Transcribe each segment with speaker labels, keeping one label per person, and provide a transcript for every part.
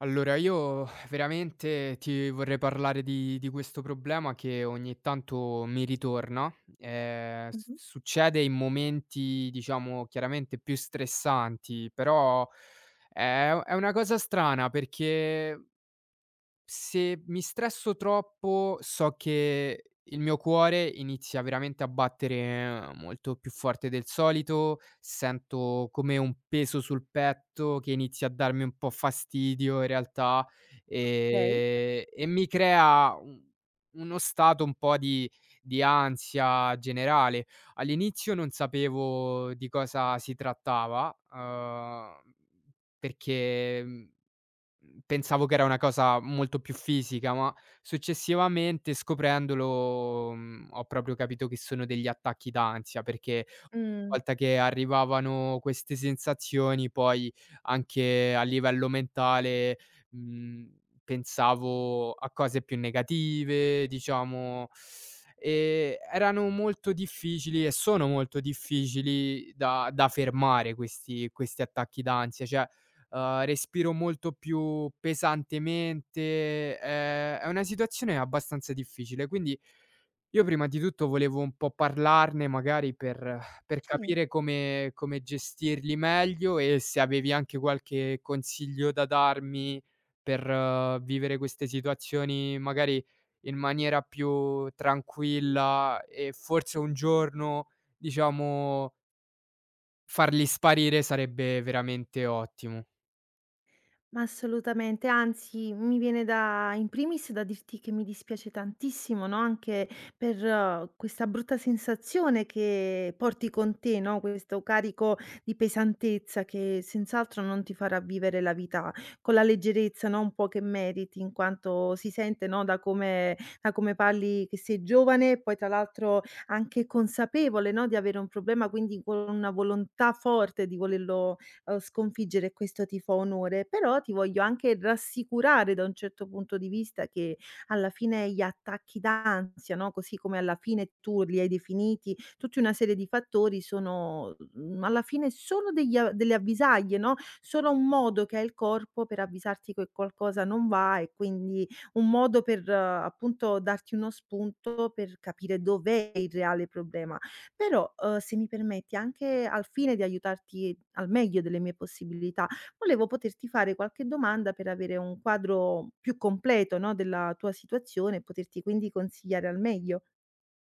Speaker 1: Allora io veramente ti vorrei parlare di questo problema che ogni tanto mi ritorna. S
Speaker 2: Mh-mh.
Speaker 1: Succede in momenti, diciamo, chiaramente più stressanti, però è una cosa strana perché se mi stresso troppo, so che il mio cuore inizia veramente a battere molto più forte del solito, sento come un peso sul petto che inizia a darmi un po' fastidio in realtà.
Speaker 2: Okay.
Speaker 1: E mi crea u uno stato un po' di ansia generale. All'inizio non sapevo di cosa si trattava. Perché, mhmm Pensavo che era una cosa molto più fisica, ma successivamente scoprendolo, ho proprio capito che sono degli attacchi d'ansia, perché una
Speaker 2: Mh,
Speaker 1: volta che arrivavano queste sensazioni poi anche a livello mentale, pensavo a cose più negative, diciamo. Erano molto difficili e sono molto difficili da fermare questi attacchi d'ansia. Cioè, respiro molto più pesantemente. È una situazione abbastanza difficile. Quindi io prima di tutto volevo un po' parlarne magari per
Speaker 2: sì.
Speaker 1: capire come gestirli meglio e se avevi anche qualche consiglio da darmi per vivere queste situazioni magari in maniera più tranquilla e forse un giorno, diciamo, farli sparire sarebbe veramente ottimo.
Speaker 2: Ma assolutamente, anzi mi viene da in primis da dirti che mi dispiace tantissimo, no, anche per questa brutta sensazione che porti con te, no, questo carico di pesantezza che senz'altro non ti farà vivere la vita con la leggerezza, no, un po' che meriti, in quanto si sente, no, da come parli che sei giovane e poi tra l'altro anche consapevole, no, di avere un problema, quindi con una volontà forte di volerlo sconfiggere, e questo ti fa onore, però ti voglio anche rassicurare da un certo punto di vista che alla fine gli attacchi d'ansia, no, così come alla fine tu li hai definiti, tutta una serie di fattori sono, alla fine solo degli a delle avvisaglie, no, solo un modo che ha il corpo per avvisarti che qualcosa non va e quindi un modo per, appunto, darti uno spunto per capire dov'è il reale problema. Però, se mi permetti, anche al fine di aiutarti al meglio delle mie possibilità. Volevo poterti fare qualche domanda per avere un quadro più completo, no, della tua situazione e poterti quindi consigliare al meglio.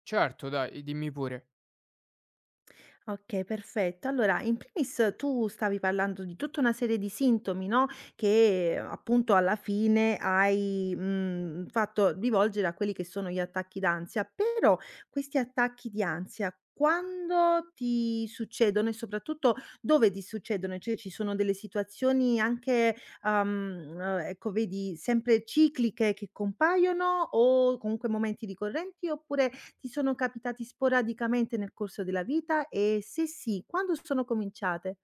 Speaker 1: Certo, dai, dimmi pure.
Speaker 2: Okay, perfetto. Allora, in primis tu stavi parlando di tutta una serie di sintomi, no, che appunto alla fine hai, fatto rivolgere a quelli che sono gli attacchi d'ansia, però questi attacchi di ansia quando ti succedono e soprattutto dove ti succedono? Cioè ci sono delle situazioni anche, ecco vedi sempre cicliche che compaiono o comunque momenti ricorrenti oppure ti sono capitati sporadicamente nel corso della vita e se sì, quando sono cominciate?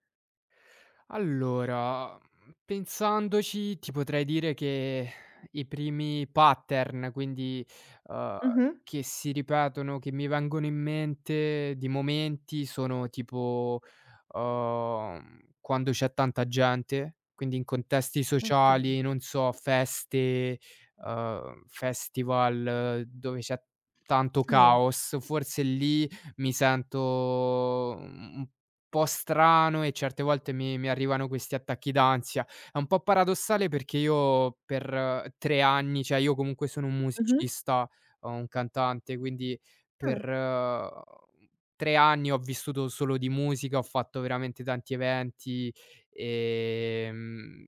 Speaker 1: Allora, pensandoci, ti potrei dire che i primi pattern, quindi, uhm,
Speaker 2: Mh-mh.
Speaker 1: che si ripetono, che mi vengono in mente di momenti sono tipo, quando c'è tanta gente, quindi in contesti
Speaker 2: Okay.
Speaker 1: sociali, non so, feste, festival dove c'è tanto
Speaker 2: Sì.
Speaker 1: caos, forse lì mi sento un po' strano e certe volte mi arrivano questi attacchi d'ansia. È un po' paradossale perché io per 3 anni, cioè io comunque sono un
Speaker 2: Mh-mh.
Speaker 1: musicista, o un cantante, quindi
Speaker 2: Ah,
Speaker 1: per, 3 anni ho vissuto solo di musica, ho fatto veramente tanti eventi. ehm,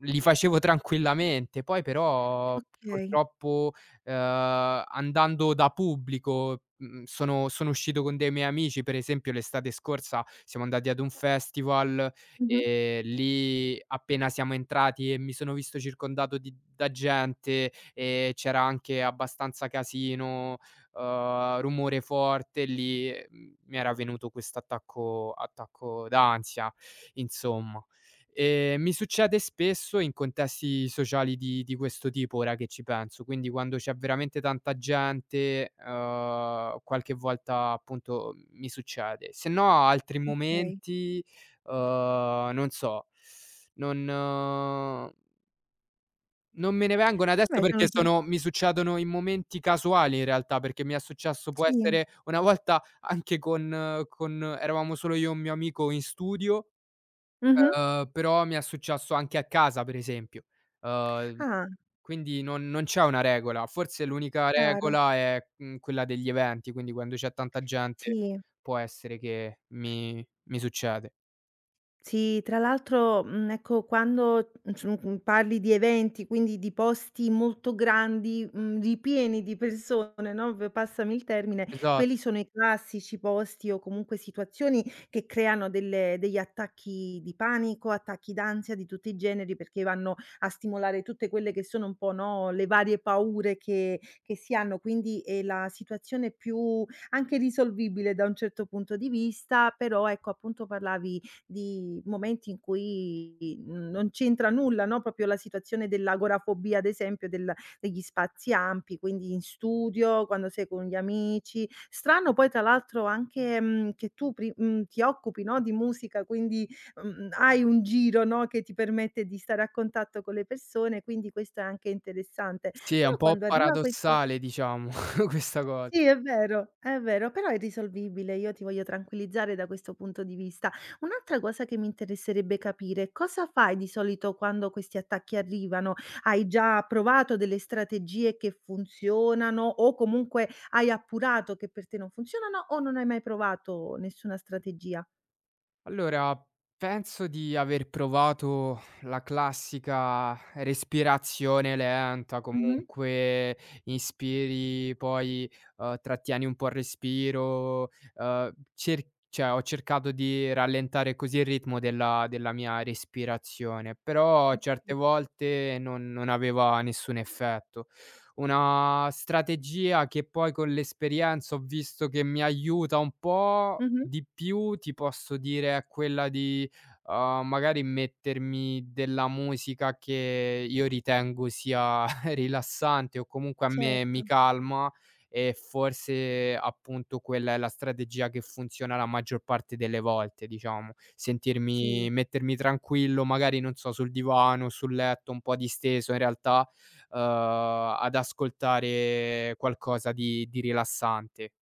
Speaker 1: Li facevo tranquillamente. Poi però
Speaker 2: okay.
Speaker 1: purtroppo, andando da pubblico, sono uscito con dei miei amici. Per esempio l'estate scorsa siamo andati ad un festival
Speaker 2: Mh-mh.
Speaker 1: e lì appena siamo entrati e mi sono visto circondato di da gente e c'era anche abbastanza casino, rumore forte, lì, mi era venuto quest'attacco attacco attacco d'ansia, insomma. Mi succede spesso in contesti sociali di questo tipo, ora che ci penso, quindi quando c'è veramente tanta gente, qualche volta appunto mi succede. Se no altri
Speaker 2: Okay.
Speaker 1: momenti, non so, non eh, non me ne vengono adesso
Speaker 2: Vabbè sono
Speaker 1: perché
Speaker 2: già
Speaker 1: sono mi succedono in momenti casuali in realtà, perché mi è successo può
Speaker 2: sì.
Speaker 1: essere una volta anche con eravamo solo io e un mio amico in studio.
Speaker 2: Mh-mh.
Speaker 1: Però mi è successo anche a casa per esempio. Uhm,
Speaker 2: Ah,
Speaker 1: quindi non c'è una regola. Forse l'unica
Speaker 2: chiaro.
Speaker 1: regola è, quella degli eventi, quindi quando c'è tanta gente
Speaker 2: Sì.
Speaker 1: può essere che mi succede.
Speaker 2: Sì, tra l'altro, ecco, quando, parli di eventi, quindi di posti molto grandi, ripieni di persone, no, v passami il termine, quelli
Speaker 1: Esatto.
Speaker 2: sono i classici posti o comunque situazioni che creano delle degli attacchi di panico, attacchi d'ansia di tutti i generi, perché vanno a stimolare tutte quelle che sono un po', no, le varie paure che si hanno. Quindi è la situazione più anche risolvibile da un certo punto di vista, però ecco, appunto parlavi di momenti in cui non c'entra nulla, no, proprio la situazione dell'agorafobia, ad esempio, del degli spazi ampi, quindi in studio, quando sei con gli amici. Strano poi tra l'altro anche, che tu ti occupi, no, di musica, quindi, hai un giro, no, che ti permette di stare a contatto con le persone, quindi questo è anche interessante.
Speaker 1: Sì, è
Speaker 2: Però
Speaker 1: un po'
Speaker 2: quando arriva questo.
Speaker 1: paradossale diciamo questa cosa.
Speaker 2: Sì, è vero, però è risolvibile. Io ti voglio tranquillizzare da questo punto di vista. Un'altra cosa che mi interesserebbe capire, cosa fai di solito quando questi attacchi arrivano? Hai già provato delle strategie che funzionano o comunque hai appurato che per te non funzionano o non hai mai provato nessuna strategia?
Speaker 1: Allora, penso di aver provato la classica respirazione lenta,
Speaker 2: Mh-mh.
Speaker 1: comunque inspiri, poi, trattieni un po' il respiro, cer cioè ho cercato di rallentare così il ritmo della mia respirazione, però certe
Speaker 2: Okay.
Speaker 1: volte non aveva nessun effetto. Una strategia che poi con l'esperienza ho visto che mi aiuta un po'
Speaker 2: Mh-mh.
Speaker 1: di più, ti posso dire è quella di, magari mettermi della musica che io ritengo sia rilassante o comunque a me mi
Speaker 2: Certo.
Speaker 1: calma, e forse appunto quella è la strategia che funziona la maggior parte delle volte, diciamo.
Speaker 2: Sì.
Speaker 1: Sentirmi mettermi tranquillo, magari non so, sul divano, sul letto, un po' disteso in realtà, ad ascoltare qualcosa di rilassante.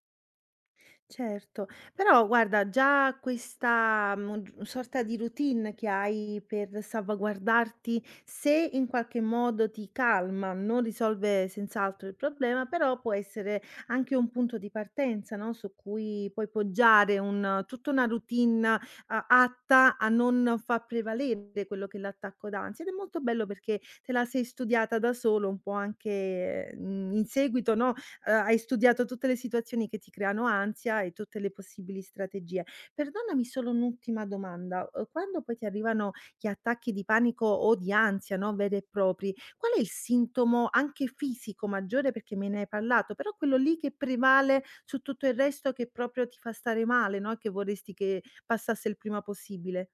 Speaker 2: Certo, però guarda già questa, sorta di routine che hai per salvaguardarti, se in qualche modo ti calma, non risolve senz'altro il problema, però può essere anche un punto di partenza, no, su cui puoi poggiare un tutta una routine a atta a non far prevalere quello che è l'attacco d'ansia ed è molto bello perché te la sei studiata da solo un po' anche, in seguito, no. Hai studiato tutte le situazioni che ti creano ansia e tutte le possibili strategie. Perdonami solo un'ultima domanda, quando poi ti arrivano gli attacchi di panico o di ansia, no, veri e propri, qual è il sintomo anche fisico maggiore, perché me ne hai parlato, però quello lì che prevale su tutto il resto che proprio ti fa stare male, no, e che vorresti che passasse il prima possibile?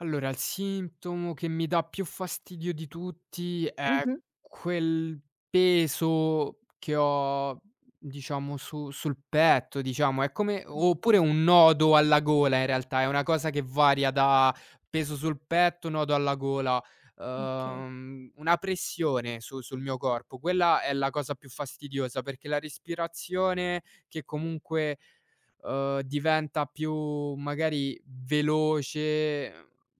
Speaker 1: Allora, il sintomo che mi dà più fastidio di tutti è
Speaker 2: Mh-mh.
Speaker 1: quel peso che ho, diciamo, su sul petto, diciamo. È come oppure
Speaker 2: Okay,
Speaker 1: un nodo alla gola in realtà, è una cosa che varia da peso sul petto, nodo alla gola,
Speaker 2: okay.
Speaker 1: una pressione su sul mio corpo. Quella è la cosa più fastidiosa, perché la respirazione che comunque, diventa più magari veloce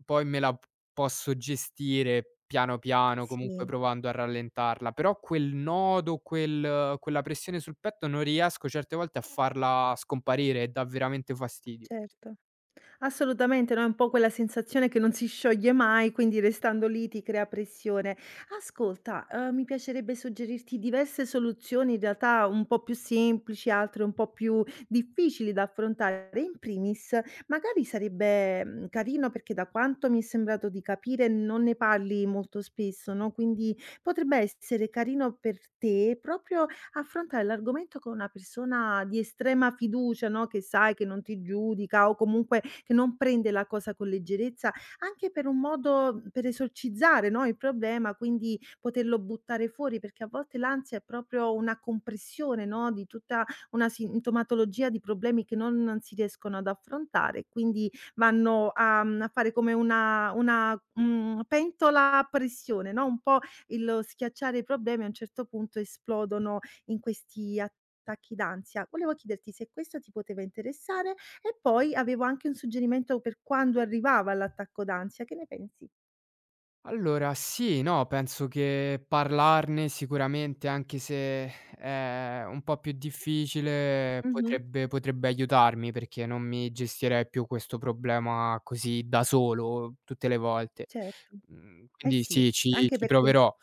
Speaker 1: poi me la p posso gestire piano, piano, comunque
Speaker 2: Sì,
Speaker 1: provando a rallentarla, però quel nodo, quella pressione sul petto non riesco certe volte a farla scomparire e dà veramente fastidio.
Speaker 2: certo. Assolutamente, no, è un po' quella sensazione che non si scioglie mai, quindi restando lì ti crea pressione. Ascolta, mi piacerebbe suggerirti diverse soluzioni, in realtà un po' più semplici, altre un po' più difficili da affrontare. In primis, magari sarebbe, carino perché da quanto mi è sembrato di capire non ne parli molto spesso, no, quindi potrebbe essere carino per te proprio affrontare l'argomento con una persona di estrema fiducia, no, che sai che non ti giudica o comunque che non prende la cosa con leggerezza, anche per un modo per esorcizzare, no, il problema, quindi poterlo buttare fuori, perché a volte l'ansia è proprio una compressione, no, di tutta una sintomatologia di problemi che non si riescono ad affrontare, quindi vanno a a fare come una pentola a pressione, no, un po' il lo schiacciare i problemi a un certo punto esplodono in questi attacchi d'ansia. Volevo chiederti se questo ti poteva interessare. E poi avevo anche un suggerimento per quando arrivava l'attacco d'ansia, che ne pensi?
Speaker 1: Allora sì, no, penso che parlarne sicuramente, anche se è un po' più difficile,
Speaker 2: Mh-mh.
Speaker 1: potrebbe aiutarmi perché non mi gestirei più questo problema così da solo tutte le volte.
Speaker 2: Certo, eh
Speaker 1: Quindi
Speaker 2: sì,
Speaker 1: sì, ci
Speaker 2: anche
Speaker 1: ci
Speaker 2: perché.
Speaker 1: proverò.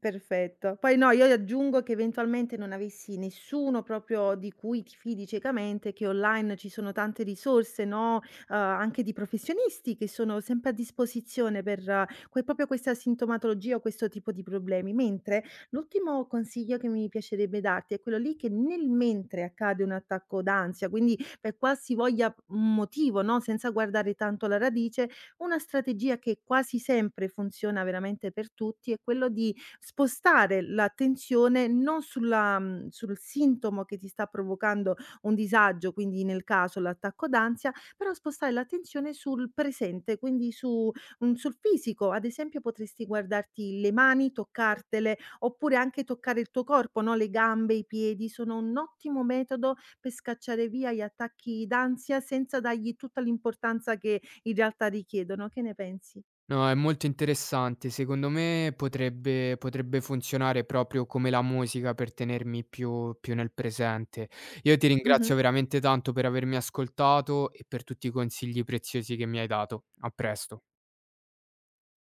Speaker 2: Perfetto. Poi no, io aggiungo che eventualmente non avessi nessuno proprio di cui ti fidi ciecamente, che online ci sono tante risorse, no, anche di professionisti che sono sempre a disposizione per que proprio questa sintomatologia o questo tipo di problemi. Mentre l'ultimo consiglio che mi piacerebbe darti è quello lì che nel mentre accade un attacco d'ansia, quindi per qualsivoglia motivo, no, senza guardare tanto alla radice, una strategia che quasi sempre funziona veramente per tutti è quello di spostare l'attenzione non sul sintomo che ti sta provocando un disagio, quindi nel caso l'attacco d'ansia, però spostare l'attenzione sul presente, quindi sul fisico. Ad esempio potresti guardarti le mani, toccartele, oppure anche toccare il tuo corpo, no, le gambe, i piedi, sono un ottimo metodo per scacciare via gli attacchi d'ansia senza dargli tutta l'importanza che in realtà richiedono. Che ne pensi?
Speaker 1: No, è molto interessante. Secondo me potrebbe funzionare proprio come la musica per tenermi più nel presente. Io ti
Speaker 2: Mh-mh.
Speaker 1: ringrazio veramente tanto per avermi ascoltato e per tutti i consigli preziosi che mi hai dato. A presto.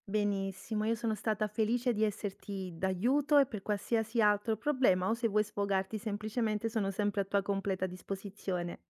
Speaker 2: Benissimo, io sono stata felice di esserti d'aiuto e per qualsiasi altro problema o se vuoi sfogarti semplicemente sono sempre a tua completa disposizione.